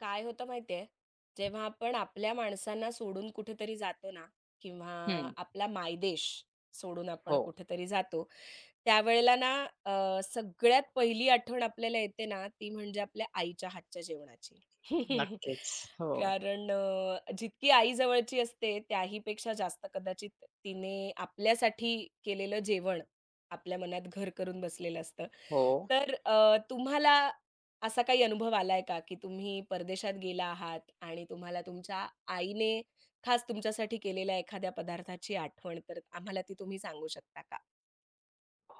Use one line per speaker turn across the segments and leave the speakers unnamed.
काय होतं माहितीये, जेव्हा आपण आपल्या माणसांना सोडून कुठेतरी जातो ना किंवा
हं.
आपला मायदेश सोडून आपण
हो.
कुठेतरी जातो, त्यावेळेला ना सगळ्यात पहिली आठवण आपल्याला येते ना, ती म्हणजे आपल्या आईच्या हातच्या जेवणाची.
नक्कीच. हो,
कारण जितकी आई जवळची असते, त्याहीपेक्षा जास्त कदाचित तिने आपल्यासाठी केलेलं जेवण आपल्या मनात घर करून बसलेलं असतं.
हो,
तर तुम्हाला असा काही अनुभव आलाय का, की तुम्ही परदेशात गेला आहात आणि तुम्हाला तुमच्या आईने खास तुमच्यासाठी केलेल्या एखाद्या पदार्थाची आठवण, तर आम्हाला ती तुम्ही सांगू शकता का?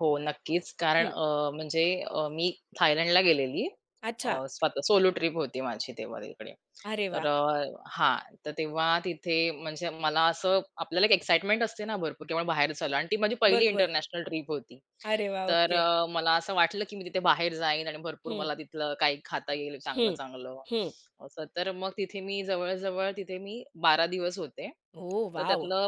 हो. नक्कीच. कारण
हं.
अ, म्हणजे अ, मी थायलंडला गेलेली.
अच्छा.
स्वतः सोलो ट्रिप होती माझी तेव्हा तिकडे.
अरे
तर
वाह!
अ, हां, तर तेव्हा तिथे म्हणजे मला असं आपल्याला एक एक्साइटमेंट असते ना भरपूर, की आपण बाहेर चाललो आणि ती माझी पहिली
बरोबर.
इंटरनॅशनल ट्रिप होती.
अरे वाह! ओके.
मला असं वाटलं, की मी तिथे बाहेर जाईन आणि भरपूर
हं,
मला तिथलं काही खाता येईल
हं,
चांगलं-चांगलं
हं.
असं. तर मग तिथे मी 12 दिवस होते.
ओह
तर
वॉव!
त्यातलं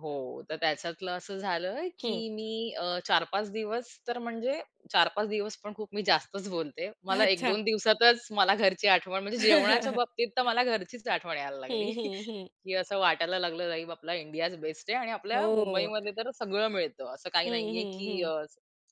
हो, तर त्याच्यातलं असं झालं, की
हं.
मी 4-5 दिवस तर म्हणजे 4-5 दिवस पण खूप मी जास्तच बोलते. मला एक
अच्छा.
दोन दिवसातच मला घरची आठवण म्हणजे जेवणाच्या बाबतीत तर मला घरचीच आठवण यायला लागली,
हं, हं, हं.
की असं वाटायला लागलं, "अरे आपला इंडियाज बेस्ट आहे" आणि आपल्या
हो.
मुंबईमध्ये तर सगळं मिळतं. असं काही
हं,
नाहीये,
हं, हं.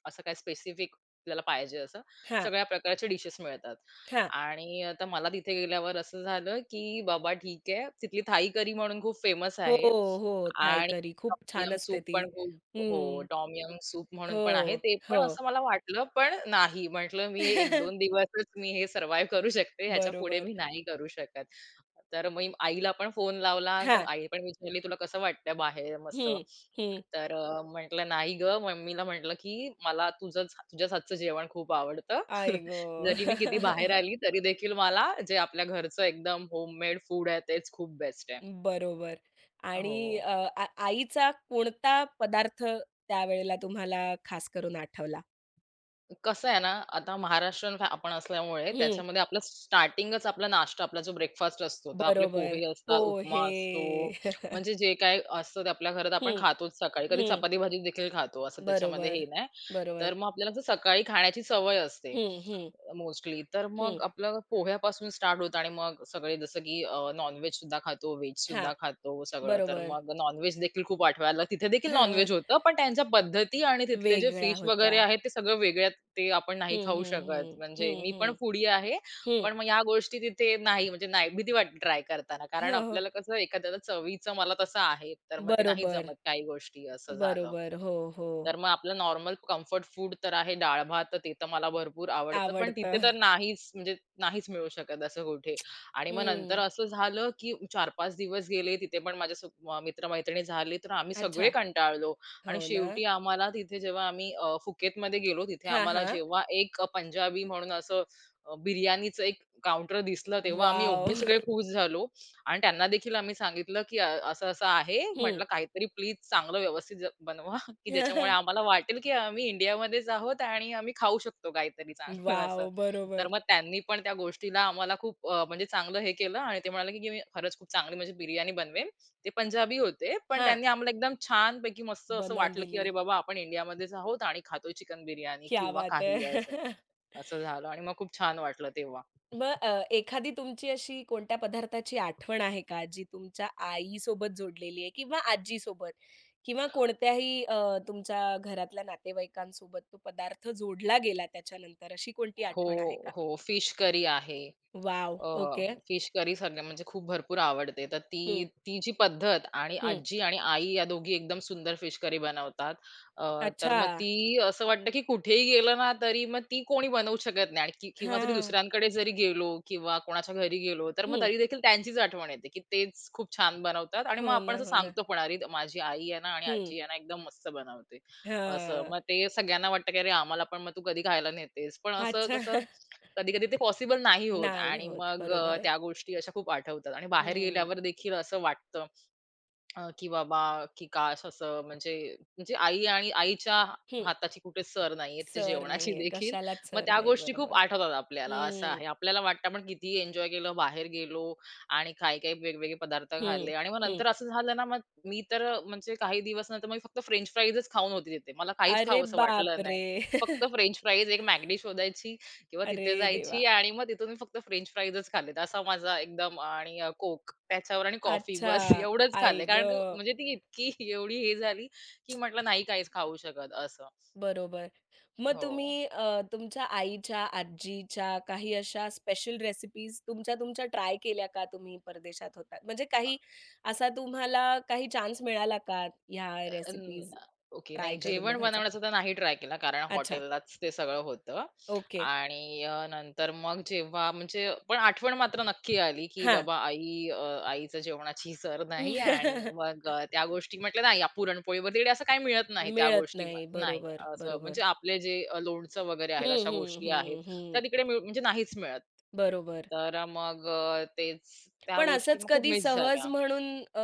असं काही स्पेसिफिक आपल्याला पाहिजे असं.
हां,
सगळ्या प्रकारचे डिशेस मिळतात.
हां.
आणि आता मला तिथे गेल्यावर असं झालं, की बाबा ठीक आहे. तिथली थाई करी म्हणून खूप फेमस
हो,
आहे
हो. थाई
आणि
करी खूप
टॉम
छान
यम
असते
सूप
ती.
पण खूप हो,
हं.
टॉम यम सूप म्हणून पण आहे.
हो,
ते पण
हो.
असं मला वाटलं, पण नाही. म्हटलं मी 1-2 दिवसच मी हे सर्व्हायव्ह करू शकते. ह्याच्या पुढे
बरोबर.
मी नाही करू शकत. तर मी आईला पण फोन लावला, तर
हां.
आई पण विचारली, "तुला कसं वाटतंय बाहेर मस्त?"
हं, हं.
तर म्हटलं, "नाही गं." मम्मीला म्हटलं, की "मला तुझ्याच हातचं जेवण खूप आवडतं.
आई
जरी मी किती बाहेर
गं!
आली, तरी देखील मला जे आपल्या घरचं एकदम होममेड फूड आहे, तेच खूप बेस्ट आहे."
बरोबर आणि
हो.
आईचा कोणता पदार्थ त्यावेळेला तुम्हाला खास करून आठवला?
कसं आहे ना, आता महाराष्ट्रीयन फॅ आपण असल्यामुळे
हं.
त्याच्यामध्ये आपलं स्टार्टिंगच आपला नाश्ता, आपला जो ब्रेकफास्ट असतो. तर आपले
बरोबर.
पोहे असतात, उपमा
पोहे.
असतो, म्हणजे जे काही असतं ते आपल्या घरात आपण
हं,
खातोच सकाळी. कधी
हं.
चपाती भाजी देखील खातो, असं त्याच्यामध्ये हे
बरोबर,
नाही.
बरोबर.
तर मग आपल्याला असं सकाळी खाण्याची सवय असते
हं, हं,
मोस्टली. तर मग
हं.
आपलं पोह्यापासून स्टार्ट होतं आणि मग सगळे सुद्धा खातो, व्हेज
हां,
सुद्धा खातो सगळं. तर
बरोबर.
मग नॉन देखील खूप आठवायला तिथे देखील नॉन
हां,
होतं, पण त्यांच्या पद्धती आणि तिथले जे
वेगळ्या
फिश
होत्या.
वगैरे आहेत, ते सगळं वेगळ्या ते आपण नाही
हं,
खाऊ
हं,
शकत.
हं.
म्हणजे
हं, हं,
मी पण
हं.
फूडी आहे. पण मग या गोष्टी तिथे नाही म्हणजे नाही भीती वाटते ट्राय करताना. कारण
हो, हो.
आपल्याला कसं एखाद्याला चवीचं मला तसं आहे, तर मग ते नाही
बरोबर,
जमत काही गोष्टी असं झालं.
बरोबर. हो, हो.
तर मग आपलं नॉर्मल कम्फर्ट फूड तर आहे डाळ-भात, तर ते तर मला भरपूर आवडतं. पण तिथे
आवडतं.
तर नाहीच म्हणजे नाहीच मिळू शकत असं कुठे. आणि मग नंतर
हं.
असं झालं, की 4-5 दिवस गेले. तिथे पण माझ्या सो झाले, तर आम्ही सगळे
अच्छा.
कंटाळलो.
हो
आणि
ना?
शेवटी आम्हाला तिथे जेव्हा आम्ही फुकेतमध्ये गेलो, तिथे
हां,
आम्हाला
हां.
जेव्हा एक पंजाबी म्हणून बिर्याणीचं एक काउंटर दिसलं, तेव्हा आम्ही एवढे
वॉव!
सगळे खुश झालो आणि त्यांना देखील आम्ही सांगितलं, की असं-असं आहे.
हं.
म्हटलं, "काहीतरी प्लीज चांगलं व्यवस्थित ज बनवा, की ज्याच्यामुळे आम्हाला वाटेल, की आम्ही इंडियामध्येच आहोत आणि आम्ही खाऊ शकतो काहीतरी चांगलं असं."
वॉव!
तर
बरोबर.
मग त्यांनी पण त्या गोष्टीला आम्हाला म्हणजे चांगलं हे केलं आणि ते म्हणाले, की "मी खरंच खूप चांगली म्हणजे बिर्याणी बनवेन." ते पंजाबी होते, पण
हां,
त्यांनी आम्हाला एकदम छानपैकी मस्त असं
बनवून
वाटलं, की
दिली.
अरे बाबा आपण इंडियामध्येच आहोत आणि खातोय चिकन बिर्याणी
क्या
किंवा
बात है!
काही असं. असं झालं आणि मग खूप छान वाटलं तेव्हा.
मग एखादी तुमची अशी कोणत्या पदार्थाची आठवण आहे का, जी तुमच्या आईसोबत जोडलेली आहे किंवा आजीसोबत किंवा कोणत्याही तुमच्या घरातल्या नातेवाईकांसोबत तो पदार्थ जोडला गेला त्याच्यानंतर, अशी कोणती आठवण आहे
हो,
का?
हो. फिश करी आहे.
Wow!
Uh,
okay.
Fish curry सगळ्या म्हणजे खूप भरपूर आवडते. तर ती
हं,
ती जी पद्धत आणि
हं.
आजी आणि आई या दोघी एकदम सुंदर फिश करी बनवतात. अ, तर
अच्छा.
मग ती असं वाटतं, की कुठेही गेलं ना तरी मग ती कोणी बनवू शकत नाही आणि किंवा जरी
हां.
दुसऱ्यांकडे जरी गेलो किंवा कोणाच्या घरी गेलो, तर मग
हं.
तरी देखील त्यांचीच आठवण येते, की तेच खूप छान बनवतात आणि मग
हो
आपण
ना,
असं
हो ना.
सांगतो पण, "अरे माझी आई आहे ना आणि
हं.
आजी आहे ना एकदम मस्त बनवते." असं.
हां.
मग ते सगळ्यांना वाटतं, की "अरे आम्हाला पण मग तू कधी खायला नेतेस?" पण असं
अच्छा.
कसं कधी-कधी ते पॉसिबल नाही होत
नाही
आणि
होत.
मग
बरोबर आहे.
त्या गोष्टी अशा खूप आठवतात आणि बाहेर
हं,
गेल्यावर देखील असं वाटतं, अ, की बाबा की काश असं म्हणजे म्हणजे आई आणि आईच्या
हं.
हाताची कुठे सर नाहीये तिच्या
सर
जेवणाची
नाहीये.
देखील.
कशालाच
मग
सर
त्या
नाही.
गोष्टी खूप
बरोबर.
आठवतात आपल्याला असं
हं,
आहे. आपल्याला वाटतं आपण कितीही एन्जॉय केलं, बाहेर गेलो आणि काही-काही वेगवेगळे पदार्थ
हं,
खाल्ले आणि मग
हं.
नंतर असं झालं ना, मग मी तर म्हणजे काही दिवस नंतर मी फक्त फ्रेंच फ्राईजच खाऊन होती तिथे. मला काहीच
अरे
खावंसं वाटलं नाही.
बापरे!
फक्त फ्रेंच फ्राईज, एक मॅगडी शोधायची किंवा
अरे
तिथे
देवा!
जायची आणि मग तिथून मी फक्त फ्रेंच फ्राईजच खाल्लेत. असा माझा एकदम आणि कोक त्याच्यावर आणि कॉफी
अच्छा.
बस एवढंच
आई
खाल्लंय. कारण का
गं!
म्हणजे ती इतकी एवढी हे झाली, की म्हटलं नाही काहीच खाऊ शकत असं.
बरोबर. मग
हो.
तुम्ही तुमच्या आईच्या, आजीच्या काही अशा स्पेशल रेसिपीज तुमच्या तुमच्या ट्राय केल्या का तुम्ही परदेशात होता म्हणजे काही असा तुम्हाला काही चान्स मिळाला का ह्या
अं,
रेसिपीज
ओके.
ट्राय
नाही
करून
जेवण
बघायचा?
बनवण्याचा तर नाही ट्राय केला कारण
अच्छा.
हॉटेललाच ते सगळं होतं
ओके.
आणि नंतर मग जेव्हा म्हणजे पण आठवण मात्र नक्की आली, की
हां.
बाबा आई अ, आईचं जेवणाची सर नाही आणि मग त्या गोष्टी म्हटलं नाही पुरणपोळी वगैरे असं काही मिळत नाही त्या
मिळत
गोष्टी
नाही.
नाही.
बरोबर,
असं
बरोबर.
म्हणजे आपले जे लोणचं वगैरे
हं,
आहेत अशा
हं,
गोष्टी आहेत,
हं,
त्या
हं.
तिकडे मिळ म्हणजे नाहीच मिळत.
बरोबर.
तर मग तेच त्या
पण
गोष्टी
असंच
मग खूप
कधी
मिस
सहज
झाल्या.
म्हणून अ,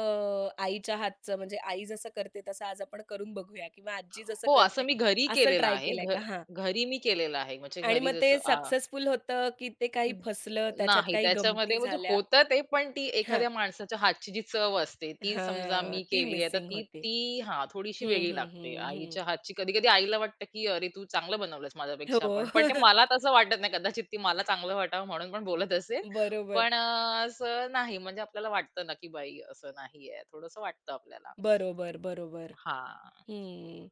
आईच्या हातचं म्हणजे आई जसं करते तसं आज आपण करून बघूया किंवा आजी जसं
हो, असं
करते
मी घरी
असं
केलेलं
ट्राय
आहे.
केलंय
घ
का? हां.
घरी मी केलेलं आहे. म्हणजे
आणि
घरी
मग
जसं
ते
आ,
सक्सेसफुल होतं की ते काही
न-
फसलं, त्याच्यात
नाही
काही
त्याच्यामध्ये
गमती
म्हणजे
झाल्या?
होतं ते, पण ती
हां,
एखाद्या माणसाच्या हातची जी चव असते, ती समजा
हां.
मी
ती
केली आहे, तर
मिसिंग
ती
होती.
ती हां, थोडीशी
हं,
वेगळी
हं,
लागते.
हं, हं.
आईच्या हातची कधी-कधी आईला वाटतं, की "अरे, तू चांगलं बनवलंस माझ्यापेक्षा
हो.
पण." पण ते मला तसं वाटत नाही. कदाचित ती मला चांगलं वाटावं म्हणून पण बोलत असेल.
बरोबर,
पण अ, असं नाही म्हणजे आपल्याला वाटतं ना, की बाई असं नाहीये. थोडंसं वाटतं आपल्याला.
बरोबर, बरोबर.
हां,
हं.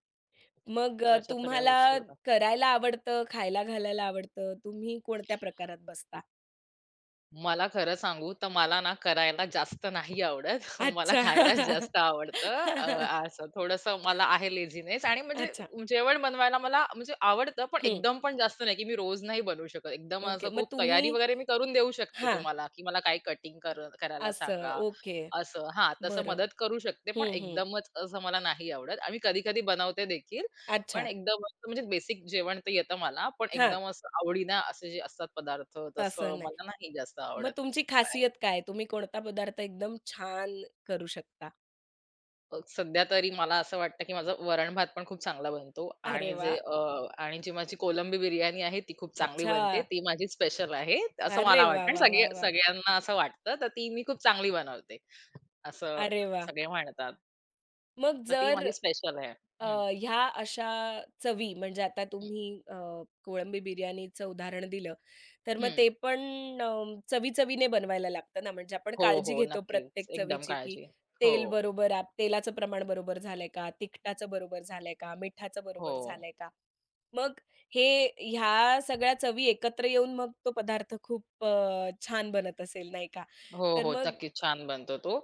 मग
तर अशा सगळ्या
तुम्हाला
गोष्टी होतात.
करायला आवडतं, खायला घालायला आवडतं. तुम्ही कोणत्या प्रकारात बसता?
मला खरं सांगू तर मला ना करायला जास्त नाही आवडत. मला खायलाच
अच्छा.
जास्त आवडतं. असं थोडंसं मला आहे लेझीनेस आणि म्हणजे
अच्छा.
जेवण बनवायला मला म्हणजे आवडतं, पण
हं.
एकदम पण जास्त नाही, की मी रोज नाही बनवू शकत. एकदम
ओके.
असं
मग
खूप
तुम्ही
तयारी वगैरे मी करून देऊ शकते
हां.
तुम्हाला, की मला काही कटिंग करायला
असं.
सांगा,
ओके.
असं. हां, तसं
बरं.
मदत करू शकते, पण
हं, हं.
एकदमच असं मला नाही आवडत. आणि कधी-कधी बनवते देखील. पण
अच्छा.
एकदम असं म्हणजे बेसिक जेवण तर येतं मला. पण
हां.
एकदम असं आवडीनं असे जे असतात पदार्थ,
तसं
तसं
नाही.
मला नाही जास्त
मग
आवडत
तुमची
तसं करायला.
खासियत काय तुम्ही कोणता पदार्थ एकदम छान करू शकता?
सध्या तरी मला असं वाटतं, की माझा वरण-भात पण खूप चांगला बनतो
अरे
आणि जे
वाह!
अ, आणि जी माझी कोलंबी बिर्याणी आहे, ती खूप चांगली
अच्छा.
बनते. ती माझी स्पेशल आहे, असं
अरे
मला
वाह,
वाटतं आणि
वाह,
सगळे
वाह, वाह!
सगळ्यांना असं वाटतं. तर ती मी खूप चांगली बनवते, असं
अरे वाह!
सगळे म्हणतात.
मग
तर ती
जर
माझी स्पेशल आहे. हं,
ह्या अशा चवी म्हणजे आता
हं,
तुम्ही अ, कोळंबी बिर्याणीचं उदाहरण दिलं, तर मग ते पण अ, चवी-चवीने बनवायला लागतं ना, म्हणजे आपण
हो,
काळजी
हो.
घेतो
नक्कीच.
प्रत्येक
एकदम
चवीची, की
काळजी. हो,
तेल बरोबर आप तेलाचं प्रमाण बरोबर झालंय का? तिखटाचं बरोबर झालंय का? मिठाचं
हो.
बरोबर झालंय का? मग हे ह्या सगळ्या चवी एकत्र येऊन मग तो पदार्थ खूप छान बनत असेल नाही का?
हो,
तर
हो.
मग
नक्कीच छान बनतो तो.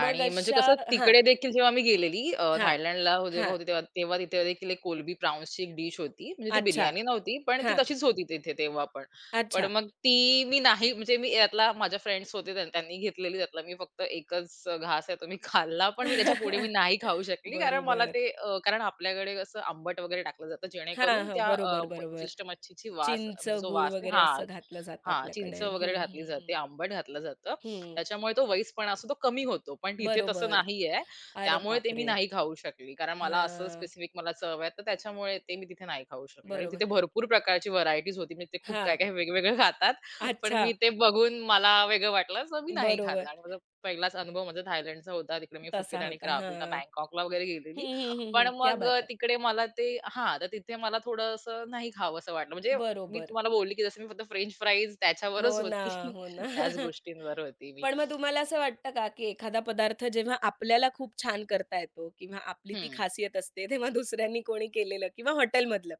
मग
म्हणजे
अशा
कसं
हां,
तिकडे देखील जेव्हा मी गेलेली
हां,
थायलंडला जेव्हा
हां.
होते तेव्हा तेव्हा तिथे देखील एक कोलंबी प्राउन्सची एक डिश होती. म्हणजे ती
अच्छा.
बिर्याणी नव्हती, पण ती
हां,
तशीच होती तिथे तेव्हा पण. पण
अच्छा.
मग ती मी नाही म्हणजे मी यातला माझ्या फ्रेंड्स होते त्यांनी घेतलेली त्यातला मी फक्त एकच घास आहे तो मी खाल्ला. पण मी त्याच्यापुढे मी नाही खाऊ शकली कारण मला
बरोबर.
ते अ, कारण आपल्याकडे कसं आंबट वगैरे टाकलं जातं
हां,
जेणेकरून
हां.
त्या
बरोबर, बरोबर.
विशिष्ट मच्छीची वास
चिंच,
म्हणजे जो
गूळ
वास आहे
वगैरे
हां.
असं घातलं जातं
हां, चिंच
आपल्याकडे.
वगैरे
हं,
घातली
हं,
जाते,
हं.
आंबट घातलं जातं.
हं.
त्याच्यामुळे तो वईसपणा असतो, तो कमी होतो. पण तिथे तसं
बरोबर.
नाहीये.
अरे
त्यामुळे ते मी
बापरे!
नाही खाऊ शकली. कारण मला असं
हां,
स्पेसिफिक मला चव आहे, तर त्याच्यामुळे ते मी तिथे नाही खाऊ शकले आणि
बरोबर.
तिथे भरपूर प्रकारची व्हरायटीज होती. म्हणजे ते खूप
हां,
काय-काय वेगवेगळं खातात. पण
अच्छा.
मी ते बघून मला वेगळं वाटलं, सो मी नाही खाल्लं
बरोबर.
आणि पहिलाच अनुभव माझा थायलंडचा होता. तिकडे मी
तसा
फुकेत आणि
होता.
क्राबीला,
हां.
बँकॉकला वगैरे
हं,
गेलेली.
हं, हं,
पण
हं. क्या
मग अ,
बात है!
तिकडे मला ते हां, तर तिथे मला थोडं असं नाही खावंसं वाटलं. म्हणजे मी
बरोबर.
तुम्हाला बोलली, की जसं मी फक्त फ्रेंच फ्राईज त्याच्यावरच
हो ना,
होती.
हो ना.
त्याच गोष्टींवर होती मी.
पण मग तुम्हाला असं वाटतं का, की एखादा पदार्थ जेव्हा आपल्याला खूप छान करता येतो किंवा आपली ती
हं.
खासियत असते, तेव्हा दुसऱ्यांनी कोणी केलेलं किंवा हॉटेलमधलं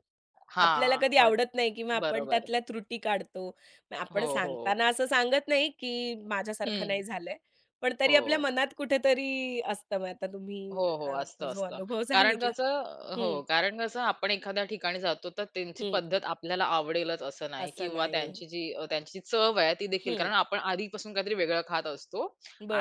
आपल्याला
हां.
कधी
हॉट
आवडत नाही किंवा आपण
बरोबर.
त्यातल्या त्रुटी काढतो. मग आपण
हो, हो.
सांगताना असं सांगत नाही, की माझ्यासारखं
हं.
नाही झालंय. पण तरी आपल्या
हो.
मनात कुठेतरी असतं. मग आता तुम्ही
हो, हो.
तो
असतं,
जो
असतं.
अनुभव
कारण
सांगितला.
कसं हो.
हं,
कारण कसं आपण एखाद्या ठिकाणी जातो, तर त्यांची
हं.
पद्धत आपल्याला आवडेलच असं नाही
असं
किंवा
नाही.
त्यांची जी चव आहे ती देखील.
हं,
कारण आपण आधीपासून काहीतरी वेगळं खात असतो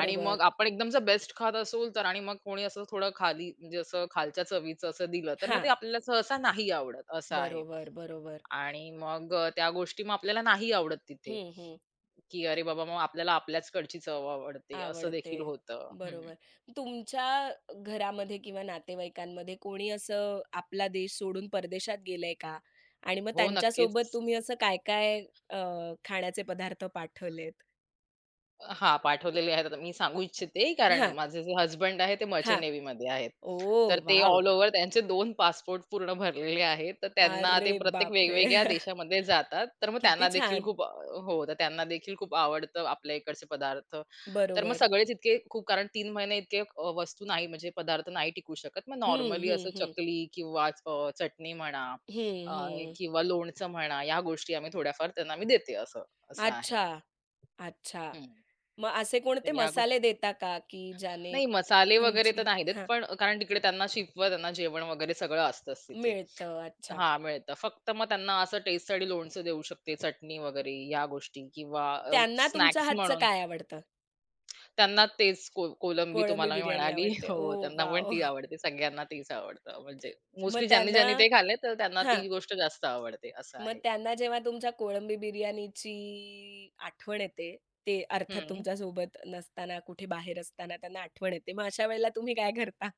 आणि मग आपण एकदम जर बेस्ट खात असू तर आणि मग कोणी असं थोडं खाली म्हणजे असं खालच्या चवीचं असं दिलं, तर मग ते
हां.
आपल्याला सहसा नाही आवडत, असं आहे.
बरोबर, बरोबर.
आणि मग त्या गोष्टी मग आपल्याला नाही आवडत तिथे,
हं, हं.
की अरे बाबा, मग आपल्याला आपल्याच कडची चव आवडते, असं
आवडते.
देखील होतं. हं.
बरोबर. तुमच्या घरामध्ये किंवा नातेवाईकांमध्ये कोणी असं आपला देश सोडून परदेशात गेलंय का? आणि मग
हो,
त्यांच्यासोबत
नक्कीच.
तुम्ही असं काय-काय अ, खाण्याचे पदार्थ पाठवलेत?
हां, पाठवलेले आहेत. आता मी सांगू इच्छिते, कारण
हां,
माझे जे हसबंड आहे, ते मर्चंट
हां.
नेव्हीमध्ये आहेत. तर
ओ,
ते
वॉव!
ऑल ओव्हर त्यांचे 2 पासपोर्ट पूर्ण भरलेले आहेत. तर त्यांना
अरे
ते प्रत्येक
बापरे!
वेगवेगळ्या देशामध्ये जातात. तर मग
किती
त्यांना देखील
छान.
खूप अ, हो, तर त्यांना देखील खूप आवडतं आपल्या इकडचे पदार्थ. तर मग
बरोबर.
सगळेच इतके खूप कारण 3 महिने इतके वस्तू नाही म्हणजे पदार्थ नाही टिकू शकत. मग
हं,
नॉर्मली
हं,
असं
हं.
चकली किंवा चटणी म्हणा
हं,
अ,
हं.
किंवा लोणचं म्हणा, या गोष्टी आम्ही थोड्याफार त्यांना मी देते असं, असं आहे.
अच्छा, अच्छा.
हं.
मग असे कोणते
तर या गो
मसाले देता का, की ज्याने
नाही मसाले वगैरे तर
तुमची
नाही देत,
हां,
पण कारण तिकडे त्यांना शिकवत त्यांना जेवण वगैरे सगळं असतंच तिथे.
मिळतं. अच्छा.
हा मिळतं. फक्त मग त्यांना असं टेस्टसाठी लोणचं देऊ शकते, चटणी वगैरे या गोष्टी किंवा
त्यांना तुमच्या
स्नॅक्स
हातचं
म्हणून
काय आवडतं?
त्यांना तेच कोलंबी
कोळंबी
तुम्हाला मी
बिर्याणी
म्हणाली
आवडते. ओ,
हो, त्यांना पण
वॉव!
ती आवडते. सगळ्यांना तीच आवडतं. म्हणजे
मग
मोस्टली ज्यांनी,
त्यांना
ज्यांनी ते खाल्ले, तर त्यांना
हां.
ती गोष्ट जास्त आवडते असं
मग
आहे.
त्यांना जेव्हा तुमच्या कोळंबी बिर्याणीची आठवण येते, ते अर्थात
हं.
तुमच्यासोबत नसताना, कुठे बाहेर असताना त्यांना आठवण येते. मग अशा वेळेला तुम्ही काय करता?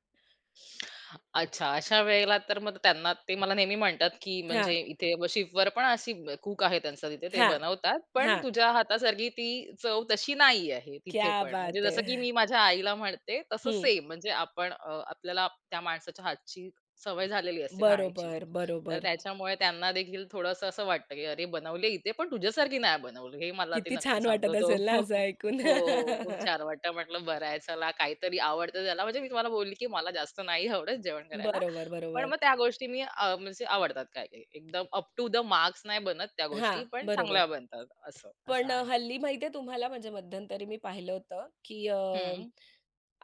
अच्छा, अशा वेळेला तर मग त्यांना ते मला नेहमी म्हणतात, की
हां,
म्हणजे इथे शिफवर पण अशी कूक आहे त्यांचा तिथे ते
हां,
बनवतात. पण
हां.
तुझ्या हातासारखी ती चव तशी नाही आहे
क्या
तिथे पण. म्हणजे
बात
जसं की
है!
मी माझ्या आईला म्हणते तसं
हं.
सेम म्हणजे आपल्याला त्या माणसाच्या हातची सवय झालेली असते खाण्याची.
बरोबर,
तर
बरोबर.
त्याच्यामुळे त्यांना देखील थोडंसं असं वाटतं, की अरे बनवली इथे पण तुझ्यासारखी नाही बनवली. हे मला ते
किती
नक्की
छान
सांगतो
वाटत
तो.
असेल ना असं ऐकून.
हो, हो. हो. खूप छान वाटलं. म्हटलं बरं आहे चला काहीतरी आवडतं त्याला. म्हणजे मी तुम्हाला बोलली की मला जास्त नाही आवडत जेवण करायला.
बरोबर,
पण
बरोबर.
मग त्या गोष्टी मी म्हणजे आवडतात काही-काही. एकदम अप टू द मार्क्स नाही बनत त्या
हां,
गोष्टी, पण चांगल्या
बरोबर.
बनतात असं, असं
पण
आहे.
हल्ली माहिती तुम्हाला, म्हणजे मध्यंतरी मी पाहिलं होतं, की
हं,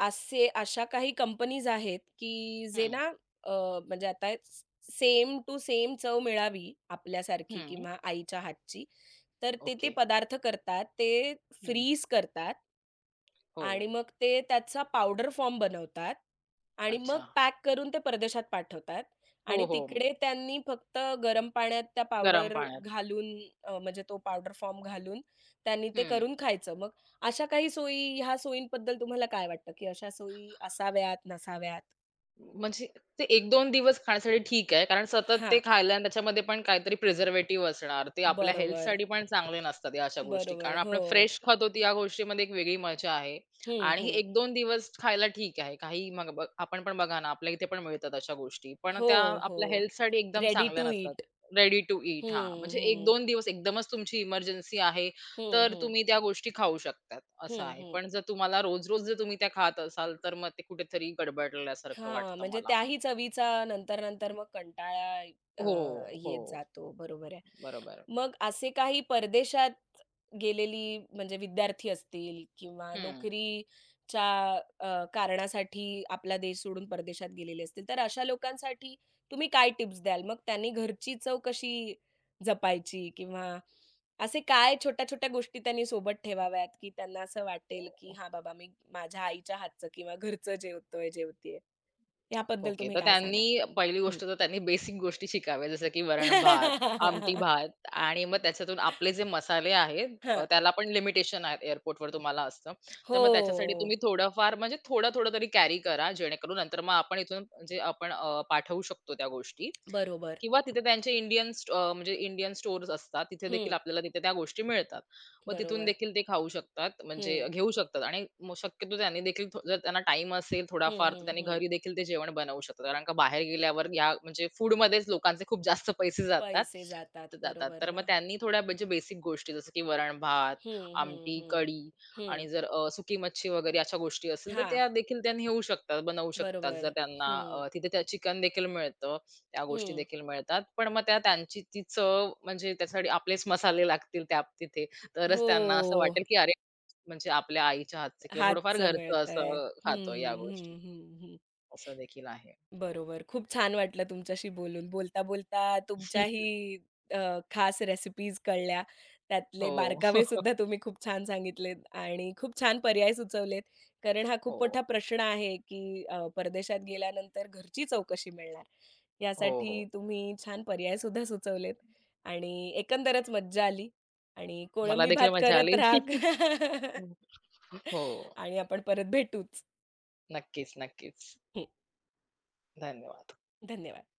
असे अशा काही कंपनीज आहेत, की जे
हं,
ना अ, म्हणजे आता सेम टू सेम चव मिळावी आपल्यासारखी
हं.
किंवा आईच्या हातची, तर ते ते
ओके.
पदार्थ करतात. ते
हं.
फ्रीज करतात
हो.
आणि मग ते त्याचा पावडर फॉर्म बनवतात आणि मग
अच्छा.
पॅक करून ते परदेशात पाठवतात
हो,
आणि
हो.
तिकडे त्यांनी फक्त गरम पाण्यात त्या
गरम
पावडर
पाण्यात.
घालून म्हणजे तो पावडर फॉर्म घालून त्यांनी ते
हं.
करून खायचं. मग अशा काही सोयी ह्या सोयींबद्दल तुम्हाला काय वाटतं, की अशा सोयी असाव्यात, नसाव्यात?
म्हणजे ते 1-2 दिवस खाण्यासाठी ठीक आहे. कारण सतत ते
हां,
खायला आणि त्याच्यामध्ये पण काहीतरी प्रिझर्व्हेटिव्ह असणार. ते आपल्या
बरोबर,
हेल्थसाठी पण चांगले नसतात या अशा गोष्टी. कारण
बरोबर.
आपण
हो.
फ्रेश खातो ती या गोष्टीमध्ये एक वेगळी मजा आहे.
हं,
आणि हे
हं.
1-2 दिवस खायला ठीक आहे. काही मग ब आपण पण बघा ना, आपल्या इथे पण मिळतात अशा गोष्टी. पण
हो,
त्या
हो.
आपल्या हेल्थसाठी एकदम
रेडी
चांगल्या
टू
नसतात.
ईट.
रेडी टू ईट हां.
हं,
म्हणजे
हं.
1-2 दिवस एकदमच तुमची इमर्जन्सी आहे
हं,
तर
हं.
तुम्ही त्या गोष्टी खाऊ शकतात, असं
हं,
आहे.
हं.
पण जर तुम्हाला रोज-रोज जर तुम्ही त्या खात असाल, तर मग ते कुठेतरी गडबडल्यासारखं
हां,
वाटतं
म्हणजे
मला.
त्याही चवीचा नंतर-नंतर मग कंटाळा अ,
हो,
येत
हो.
जातो. बरोबर आहे.
बरोबर.
मग असे काही परदेशात गेलेली म्हणजे विद्यार्थी असतील किंवा
हं.
नोकरीच्या अ, कारणासाठी आपला देश सोडून परदेशात गेलेले असतील, तर अशा लोकांसाठी तुम्ही काय टिप्स द्याल? मग त्यांनी घरची चव कशी जपायची किंवा असे काय छोट्या-छोट्या गोष्टी त्यांनी सोबत ठेवाव्यात, की त्यांना असं वाटेल, की "हां, बाबा मी माझ्या आईच्या हातचं किंवा घरचं जेवतोय, जेवतीये." याबद्दल
ओके.
तुम्ही
तर
काय
त्यांनी
सांगाल?
पहिली
हं.
गोष्ट तर त्यांनी बेसिक गोष्टी शिकाव्या, जसं की वरण-भात, आमटी-भात आणि मग त्याच्यातून आपले जे मसाले आहेत
हां.
त्याला पण लिमिटेशन आहेत एअरपोर्टवर तुम्हाला असतं. तर मग त्याच्यासाठी
हो.
तुम्ही थोडंफार म्हणजे थोडं-थोडं तरी कॅरी करा, जेणेकरून नंतर मग आपण इथून म्हणजे आपण पाठवू शकतो त्या गोष्टी
बरोबर.
किंवा तिथे त्यांचे म्हणजे इंडियन स्टोअर्स असतात. तिथे देखील
हं.
आपल्याला तिथे त्या गोष्टी मिळतात. व तिथून
बरोबर.
देखील ते खाऊ शकतात म्हणजे
हं.
घेऊ शकतात आणि मग शक्यतो त्यांनी देखील जर त्यांना टाइम असेल
हं,
थोडाफार तर
हं,
त्यांनी
हं.
घरी देखील ते जेवण बनवू शकतात कारण का बाहेर गेल्यावर या म्हणजे फूड मध्येच लोकांचे खूप जास्त पैसे जातात
पैसे
त-
जातात.
जातात
बरोबर
तर मग
ना.
त्यांनी थोड्या म्हणजे बेसिक गोष्टी जसं की वरण भात
हं, हं,
आमटी
हं.
कढी आणि
हं.
जर सुकी मच्छी वगैरे अशा गोष्टी असतील तर
हां.
त्या देखील त्यांनी घेऊ शकतात बनवू शकतात
बरोबर.
जर त्यांना
हं.
तिथे त्या चिकन देखील मिळतं त्या गोष्टी
हं.
देखील मिळतात पण मग त्या त्यांची ती चव म्हणजे त्यासाठी आपलेच मसाले लागतील त्या तिथे तरच त्यांना असं
हो.
वाटेल, की अरे, म्हणजे आपल्या आईच्या हातचं किंवा थोडंफार
हातचं
घरचं
मिळतंय.
असं
हं,
खातो या गोष्टी.
हं, हं, हं.
असं देखील आहे.
बरोबर. खूप छान वाटलं तुमच्याशी बोलून. बोलता-बोलता तुमच्याही अ, खास रेसिपीज कळल्या. त्यातले
हो.
बारकावे सुद्धा तुम्ही खूप छान सांगितलेत आणि खूप छान पर्याय सुचवलेत. कारण हा खूप मोठा
हो.
प्रश्न आहे, की परदेशात गेल्यानंतर घरची चव मिळणार?
हो,
यासाठी
हो.
तुम्ही छान पर्याय सुद्धा सुचवलेत आणि एकंदरच मज्जा आली आणि
मला
कोळंबी
देखील
भात
मजा
करत
आली.
राहा
हो.
आणि आपण परत भेटूच.
नक्कीच, नक्कीच.
हं,
धन्यवाद.
धन्यवाद.